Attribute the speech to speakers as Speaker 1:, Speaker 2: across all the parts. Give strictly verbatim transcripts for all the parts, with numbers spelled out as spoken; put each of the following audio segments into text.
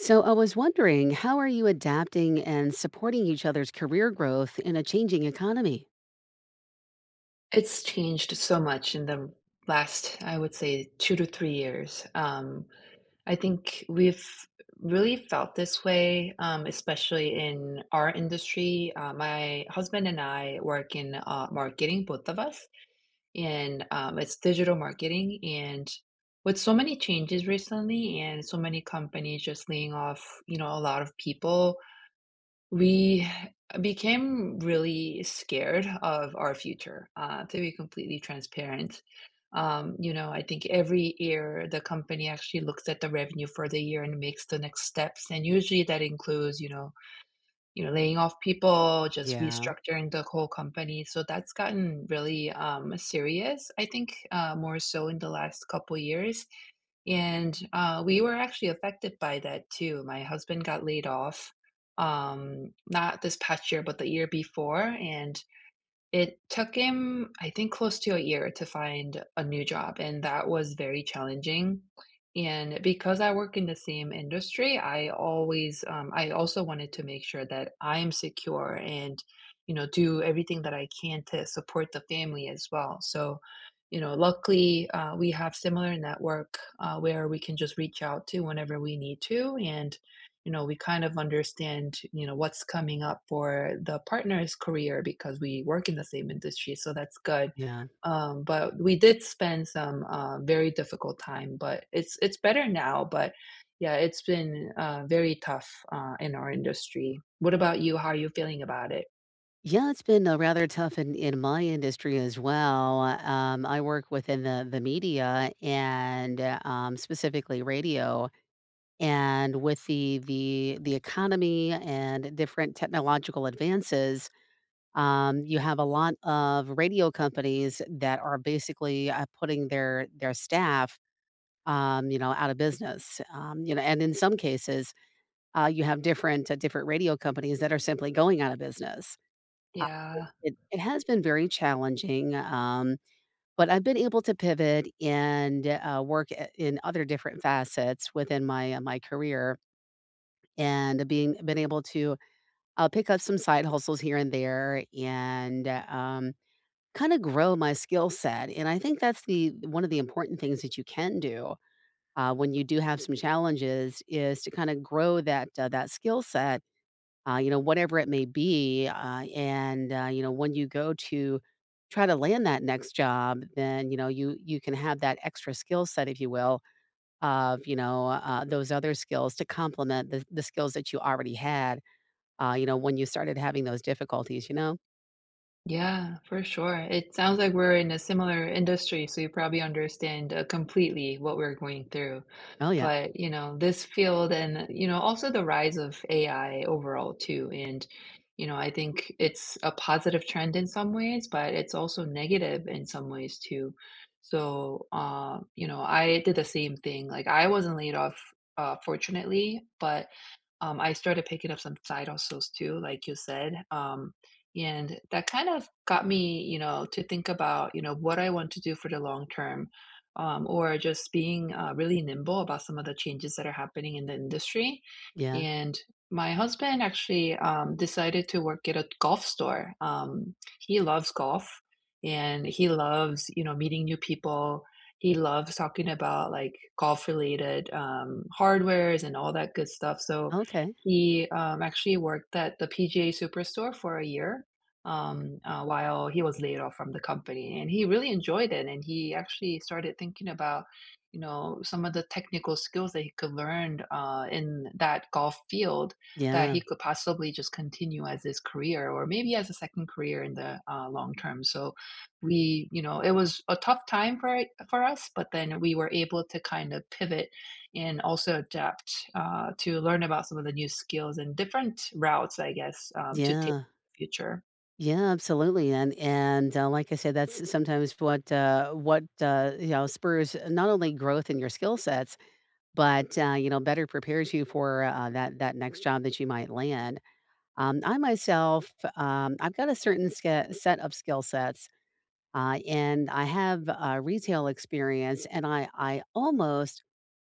Speaker 1: So I was wondering, how are you adapting and supporting each other's career growth in a changing economy?
Speaker 2: It's changed so much in the last, I would say, two to three years. Um, I think we've really felt this way, um, especially in our industry. Uh, my husband and I work in uh, marketing, both of us, and um, it's digital marketing. And with so many changes recently, and so many companies just laying off, you know, a lot of people, we became really scared of our future, uh, to be completely transparent. Um, you know, I think every year the company actually looks at the revenue for the year and makes the next steps. And usually that includes, you know, you know, laying off people, just
Speaker 1: Yeah,
Speaker 2: restructuring the whole company. So that's gotten really um, serious, I think, uh, more so in the last couple years. And uh, we were actually affected by that too. My husband got laid off, um, not this past year, but the year before. And it took him, I think, close to a year to find a new job, and that was very challenging. And because I work in the same industry, I always, um, I also wanted to make sure that I'm secure and, you know, do everything that I can to support the family as well. So, you know, luckily, uh, we have similar network uh, where we can just reach out to whenever we need to, and you know, we kind of understand, you know, what's coming up for the partner's career because we work in the same industry, so that's good.
Speaker 1: yeah.
Speaker 2: Um, but we did spend some uh, very difficult time, but it's it's better now. But yeah, it's been uh, very tough uh, in our industry. What about you? How are you feeling about it?
Speaker 1: Yeah, it's been uh, rather tough in, in my industry as well. Um, I work within the, the media and uh, um, specifically radio. And with the, the, the economy and different technological advances, um, you have a lot of radio companies that are basically uh, putting their, their staff um, you know, out of business. Um, you know, and in some cases, uh, you have different uh, different radio companies that are simply going out of business.
Speaker 2: Yeah.
Speaker 1: It, it has been very challenging, um, but I've been able to pivot and uh, work a- in other different facets within my uh, my career, and being been able to uh, pick up some side hustles here and there, and uh, um, kind of grow my skill set. And I think that's the one of the important things that you can do uh, when you do have some challenges is to kind of grow that uh, that skill set, uh, you know, whatever it may be, uh, and uh, you know, when you go to try to land that next job, then you know you you can have that extra skill set, if you will, of you know uh, those other skills to complement the the skills that you already had. Uh, you know, when you started having those difficulties, you know.
Speaker 2: Yeah, for sure. It sounds like we're in a similar industry, so you probably understand uh, completely what we're going through.
Speaker 1: Oh yeah,
Speaker 2: But, you know, this field and, you know, also the rise of A I overall too. And, you know, I think it's a positive trend in some ways, but it's also negative in some ways too. So, uh, you know, I did the same thing. Like I wasn't laid off, uh, fortunately, but um, I started picking up some side hustles too, like you said. Um, and that kind of got me, you know, to think about, you know, what I want to do for the long term, um, or just being uh, really nimble about some of the changes that are happening in the industry.
Speaker 1: yeah.
Speaker 2: And my husband actually um, decided to work at a golf store. Um, he loves golf and he loves, you know, meeting new people. He loves talking about like golf related um, hardwares and all that good stuff. So
Speaker 1: Okay.
Speaker 2: he um, actually worked at the P G A Superstore for a year um, uh, while he was laid off from the company. And he really enjoyed it. And he actually started thinking about, you know, some of the technical skills that he could learn uh, in that golf field that
Speaker 1: Yeah.
Speaker 2: he could possibly just continue as his career or maybe as a second career in the uh, long term. So we, you know, it was a tough time for for us, but then we were able to kind of pivot and also adapt uh, to learn about some of the new skills and different routes, I guess, um, to take
Speaker 1: Yeah.
Speaker 2: in the future.
Speaker 1: Yeah, absolutely, and and, uh, like I said, that's sometimes what, uh what, uh, you know, spurs not only growth in your skill sets, but, uh, you know, better prepares you for, uh, that that next job that you might land. Um, I myself, um, I've got a certain ska set of skill sets, uh, and I have, uh, retail experience, and I I almost,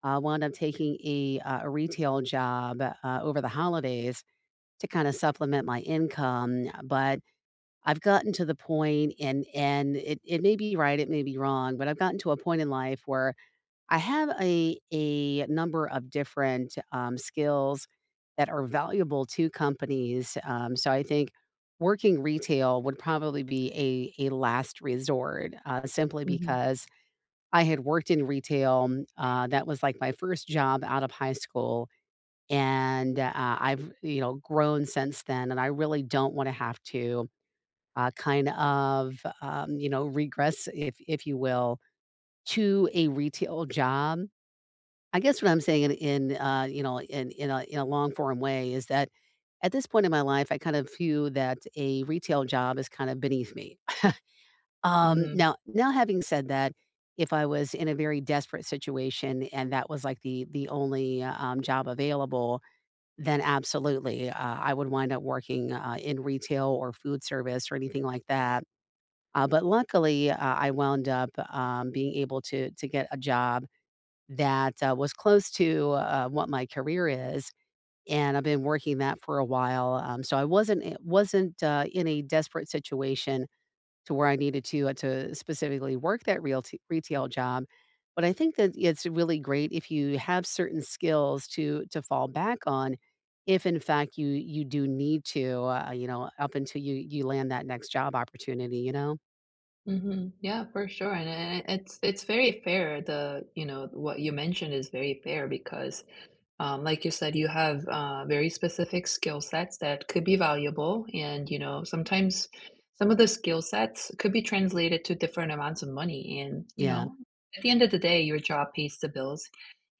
Speaker 1: uh, wound up taking a, uh, a retail job, uh, over the holidays to kinda supplement my income, but I've gotten to the point and and it it may be right, it may be wrong, but I've gotten to a point in life where I have a a number of different, um, skills that are valuable to companies, um, so I think working retail would probably be a a last resort, uh, simply
Speaker 2: Mhm,
Speaker 1: because I had worked in retail, uh, that was, like, my first job out of high school, and, uh, I've, you know, grown since then, and I really don't wanna have to uh, kind of, um, you know, regress, if if you will, to a retail job. I guess what I'm saying in, in uh, you know, in in a, in a long form way is that at this point in my life, I kind of view that a retail job is kind of beneath me. Um,
Speaker 2: mhm,
Speaker 1: now, now having said that, if I was in a very desperate situation and that was like the the only uh, um, job available, then absolutely uh, I would wind up working uh, in retail or food service or anything like that uh, but luckily, uh, I wound up, um, being able to to get a job that, uh, was close to, uh, what my career is, and I've been working that for a while, um, so I wasn't I wasn't, uh, in a desperate situation to where I needed to, uh, to specifically work that realty retail job, but I think that it's really great if you have certain skills to to fall back on if, in fact, you you do need to, uh, you know, up until you you land that next job opportunity, you know?
Speaker 2: mhm. Yeah, for sure, and and and it's it's very fair. The you know what you mentioned is very fair because, um, like you said, you have uh, very specific skill sets that could be valuable, and you know sometimes some of the skill sets could be translated to different amounts of money, and you
Speaker 1: Yeah.
Speaker 2: know at the end of the day, your job pays the bills,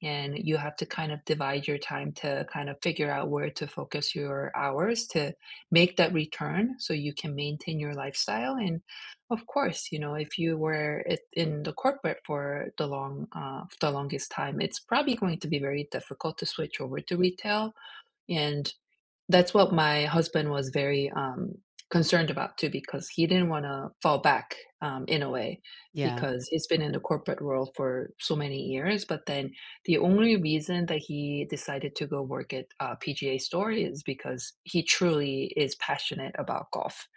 Speaker 2: and you have to kind of divide your time to kind of figure out where to focus your hours to make that return so you can maintain your lifestyle and of course, you know, if you were it in the corporate for the long, uh, the longest time, it's probably going to be very difficult to switch over to retail. And that's what my husband was very um, concerned about too, because he didn't want to fall back um, in a way,
Speaker 1: Yeah,
Speaker 2: because he's been in the corporate world for so many years. But then the only reason that he decided to go work at uh, P G A Store is because he truly is passionate about golf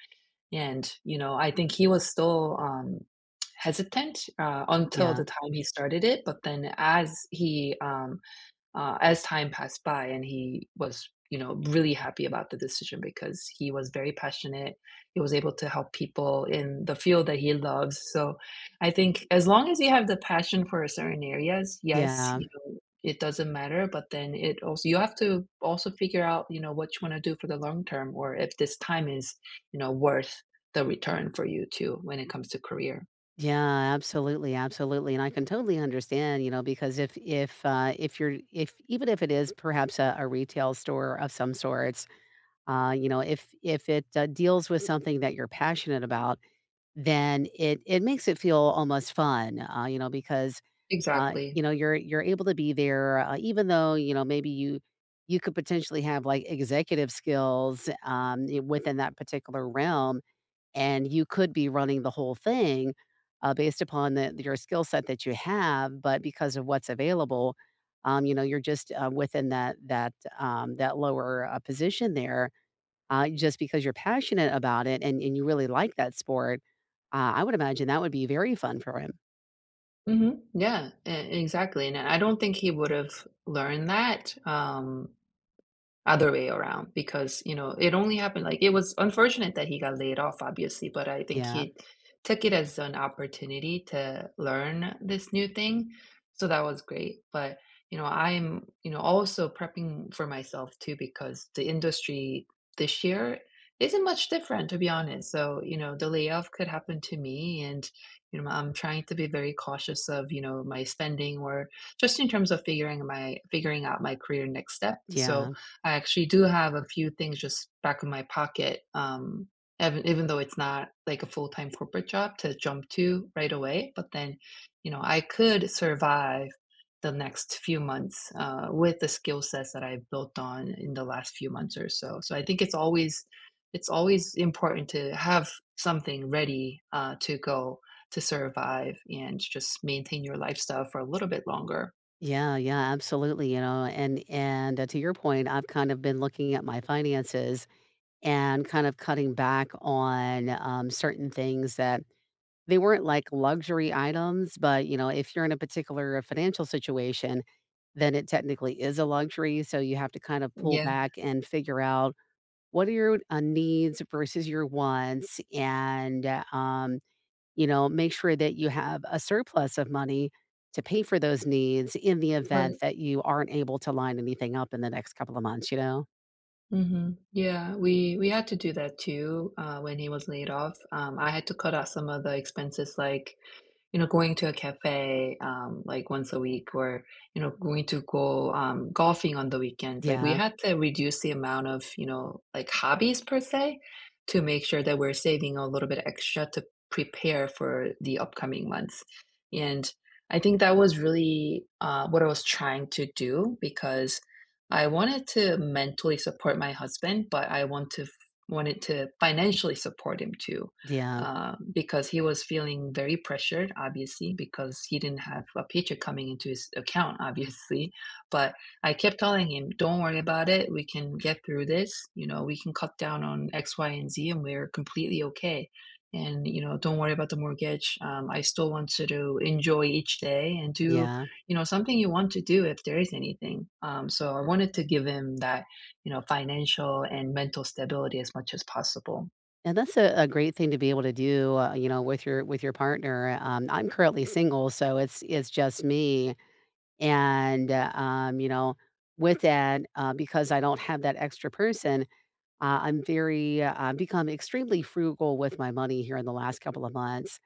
Speaker 2: and, you know, I think he was still, um, hesitant, uh, until
Speaker 1: yeah,
Speaker 2: the time he started it, but then as he, um, uh, as time passed by and he was you know really happy about the decision because he was very passionate he was able to help people in the field that he loves so I think as long as you have the passion for certain areas yes
Speaker 1: yeah,
Speaker 2: you know it doesn't matter but then it also you have to also figure out you know what you want to do for the long term or if this time is you know worth the return for you too when it comes to career
Speaker 1: yeah, absolutely, absolutely, and I can totally understand, you know, because if if, uh, if you're if even if it is perhaps a a retail store of some sorts, uh, you know, if if it, uh, deals with something that you're passionate about, then it it makes it feel almost fun, uh, you know, because, uh, you
Speaker 2: exactly.
Speaker 1: know, you're you're able to be there, uh, even though, you know, maybe you you could potentially have, like, executive skills, um, within that particular realm. And you could be running the whole thing, uh, based upon the your skill set that you have, but because of what's available, um, you know, you're just, uh, within that that, um, that lower, uh, position there, uh, just because you're passionate about it and and you really like that sport, uh, I would imagine that would be very fun for him.
Speaker 2: Mhm. Yeah, e exactly, and I don't think he would have learned that, um, other way around because, you know, it only happened like it was unfortunate that he got laid off, obviously, but I think
Speaker 1: Yeah,
Speaker 2: he took it as an opportunity to learn this new thing, so that was great, but, you know, I'm, you know, also prepping for myself too because the industry this year isn't much different, to be honest, so, you know, the layoff could happen to me and, you know, I'm trying to be very cautious of, you know, my spending or just in terms of figuring my figuring out my career next step, so,
Speaker 1: yeah.
Speaker 2: I actually do have a few things just back in my pocket, um, even even though it's not like a full-time corporate job to jump to right away. But then, you know, I could survive the next few months uh, with the skill sets that I've built on in the last few months or so. So I think it's always it's always important to have something ready uh, to go to survive and just maintain your lifestyle for a little bit longer.
Speaker 1: Yeah, yeah, absolutely, you know, and and, uh, to your point, I've kind of been looking at my finances and kind of cutting back on, um, certain things that they weren't like luxury items, but, you know, if you're in a particular uh, financial situation, then it technically is a luxury, so you have to kind of pull
Speaker 2: Yeah,
Speaker 1: back and figure out what are your, uh, needs versus your wants and, uh, um you know, make sure that you have a surplus of money to pay for those needs in the event
Speaker 2: right.
Speaker 1: that you aren't able to line anything up in the next couple of months, you know?
Speaker 2: Mhm. Yeah, we we had to do that too, uh, when he was laid off. Um, I had to cut out some of the expenses like, you know, going to a cafe, um, like once a week or, you know, going to go um, golfing on the weekends. Like we
Speaker 1: Yeah,
Speaker 2: had to reduce the amount of, you know, like hobbies per se to make sure that we're saving a little bit extra to prepare for the upcoming months. And I think that was really uh, what I was trying to do because I wanted to mentally support my husband, but I want to f- wanted to financially support him too,
Speaker 1: yeah,
Speaker 2: uh, because he was feeling very pressured, obviously, because he didn't have a paycheck coming into his account, obviously. But I kept telling him, "Don't worry about it. We can get through this. You know, we can cut down on X, Y, and Z, and we're completely okay." And you know, don't worry about the mortgage. Um, I still want you to enjoy each day and do
Speaker 1: yeah.
Speaker 2: you know something you want to do if there is anything um, so I wanted to give him that you know financial and mental stability as much as possible.
Speaker 1: And that's a, a great thing to be able to do, uh, you know, with your with your partner. Um, I'm currently single, so it's it's just me, and uh, um, you know, with that, uh, because I don't have that extra person, uh, I'm very uh, I've become extremely frugal with my money here in the last couple of months,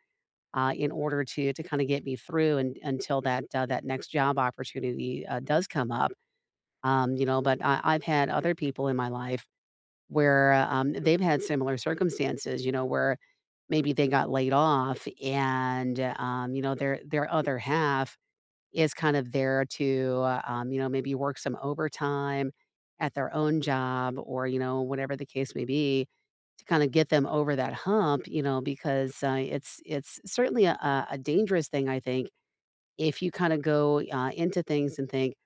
Speaker 1: uh, in order to to kinda get me through and until that, uh, that next job opportunity, uh, does come up, um, you know, but I I've had other people in my life where, uh, um, they've had similar circumstances, you know, where maybe they got laid off and, um, you know, their their other half is kind of there to, uh, um, you know, maybe work some overtime at their own job or, you know, whatever the case may be to kind of get them over that hump, you know, because, uh, it's it's certainly a a a dangerous thing, I think, if you kinda go, uh, into things and think,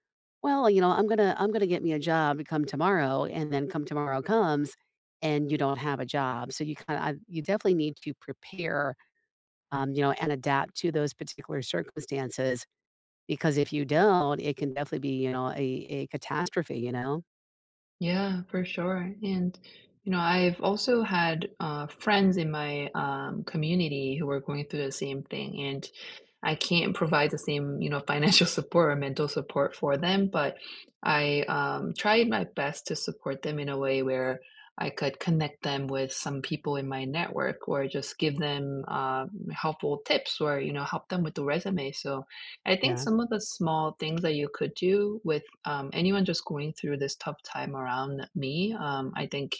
Speaker 1: "Well, you know, I'm gonna I'm gonna get me a job come tomorrow," and then come tomorrow comes, and you don't have a job. So you kinda you definitely need to prepare, um, you know, and adapt to those particular circumstances because if you don't, it can definitely be, you know, a a catastrophe, you know?
Speaker 2: Yeah, for sure. And, you know, I've also had uh, friends in my um, community who are going through the same thing. And I can't provide the same, you know, financial support or mental support for them, but I um, tried my best to support them in a way where I could connect them with some people in my network or just give them uh, helpful tips or, you know, help them with the resume. So, I think
Speaker 1: Yeah.
Speaker 2: some of the small things that you could do with um, anyone just going through this tough time around me, um, I think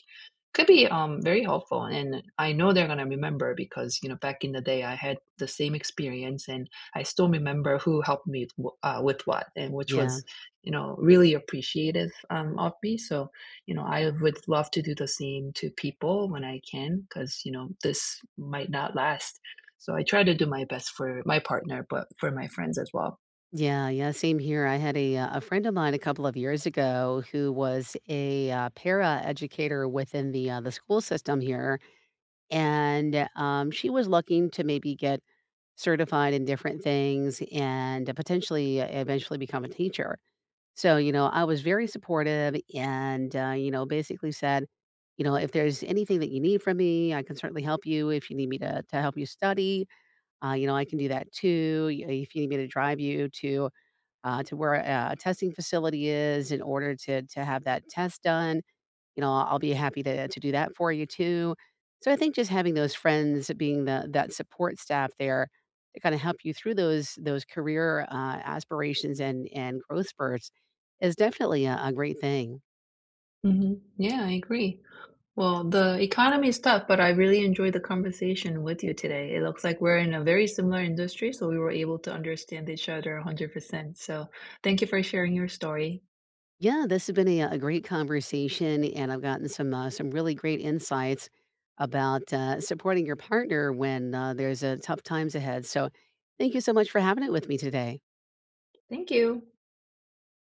Speaker 2: could be um, very helpful. And I know they're going to remember because, you know, back in the day, I had the same experience and I still remember who helped me with wh- uh, with what, and which
Speaker 1: Yeah.
Speaker 2: was, you know, really appreciative um, of me. So, you know, I would love to do the same to people when I can because, you know, this might not last so I try to do my best for my partner, but for my friends as well.
Speaker 1: Yeah, yeah, same here. I had a, uh, a friend of mine a couple of years ago who was a, uh, para educator within the, uh, the school system here, and, um, she was looking to maybe get certified in different things and potentially uh, eventually become a teacher. So, you know, I was very supportive and, uh, you know, basically said, you know, if there's anything that you need from me, I can certainly help you. If you need me to, to help you study, uh, you know, I can do that too. Y- If you need me to drive you to uh, to where a, a testing facility is in order to to have that test done, you know, I'll be happy to to do that for you too. So I think just having those friends being the that support staff there to kind of help you through those those career uh, aspirations and and growth spurts is definitely a, a great thing.
Speaker 2: Mhm. Yeah, I agree. Well, the economy is tough, but I really enjoyed the conversation with you today. It looks like we're in a very similar industry, so we were able to understand each other one hundred percent. So thank you for sharing your story.
Speaker 1: Yeah, this has been a, a great conversation, and I've gotten some uh, some really great insights about uh, supporting your partner when uh, there's uh, tough times ahead. So, thank you so much for having it with me today.
Speaker 2: Thank you.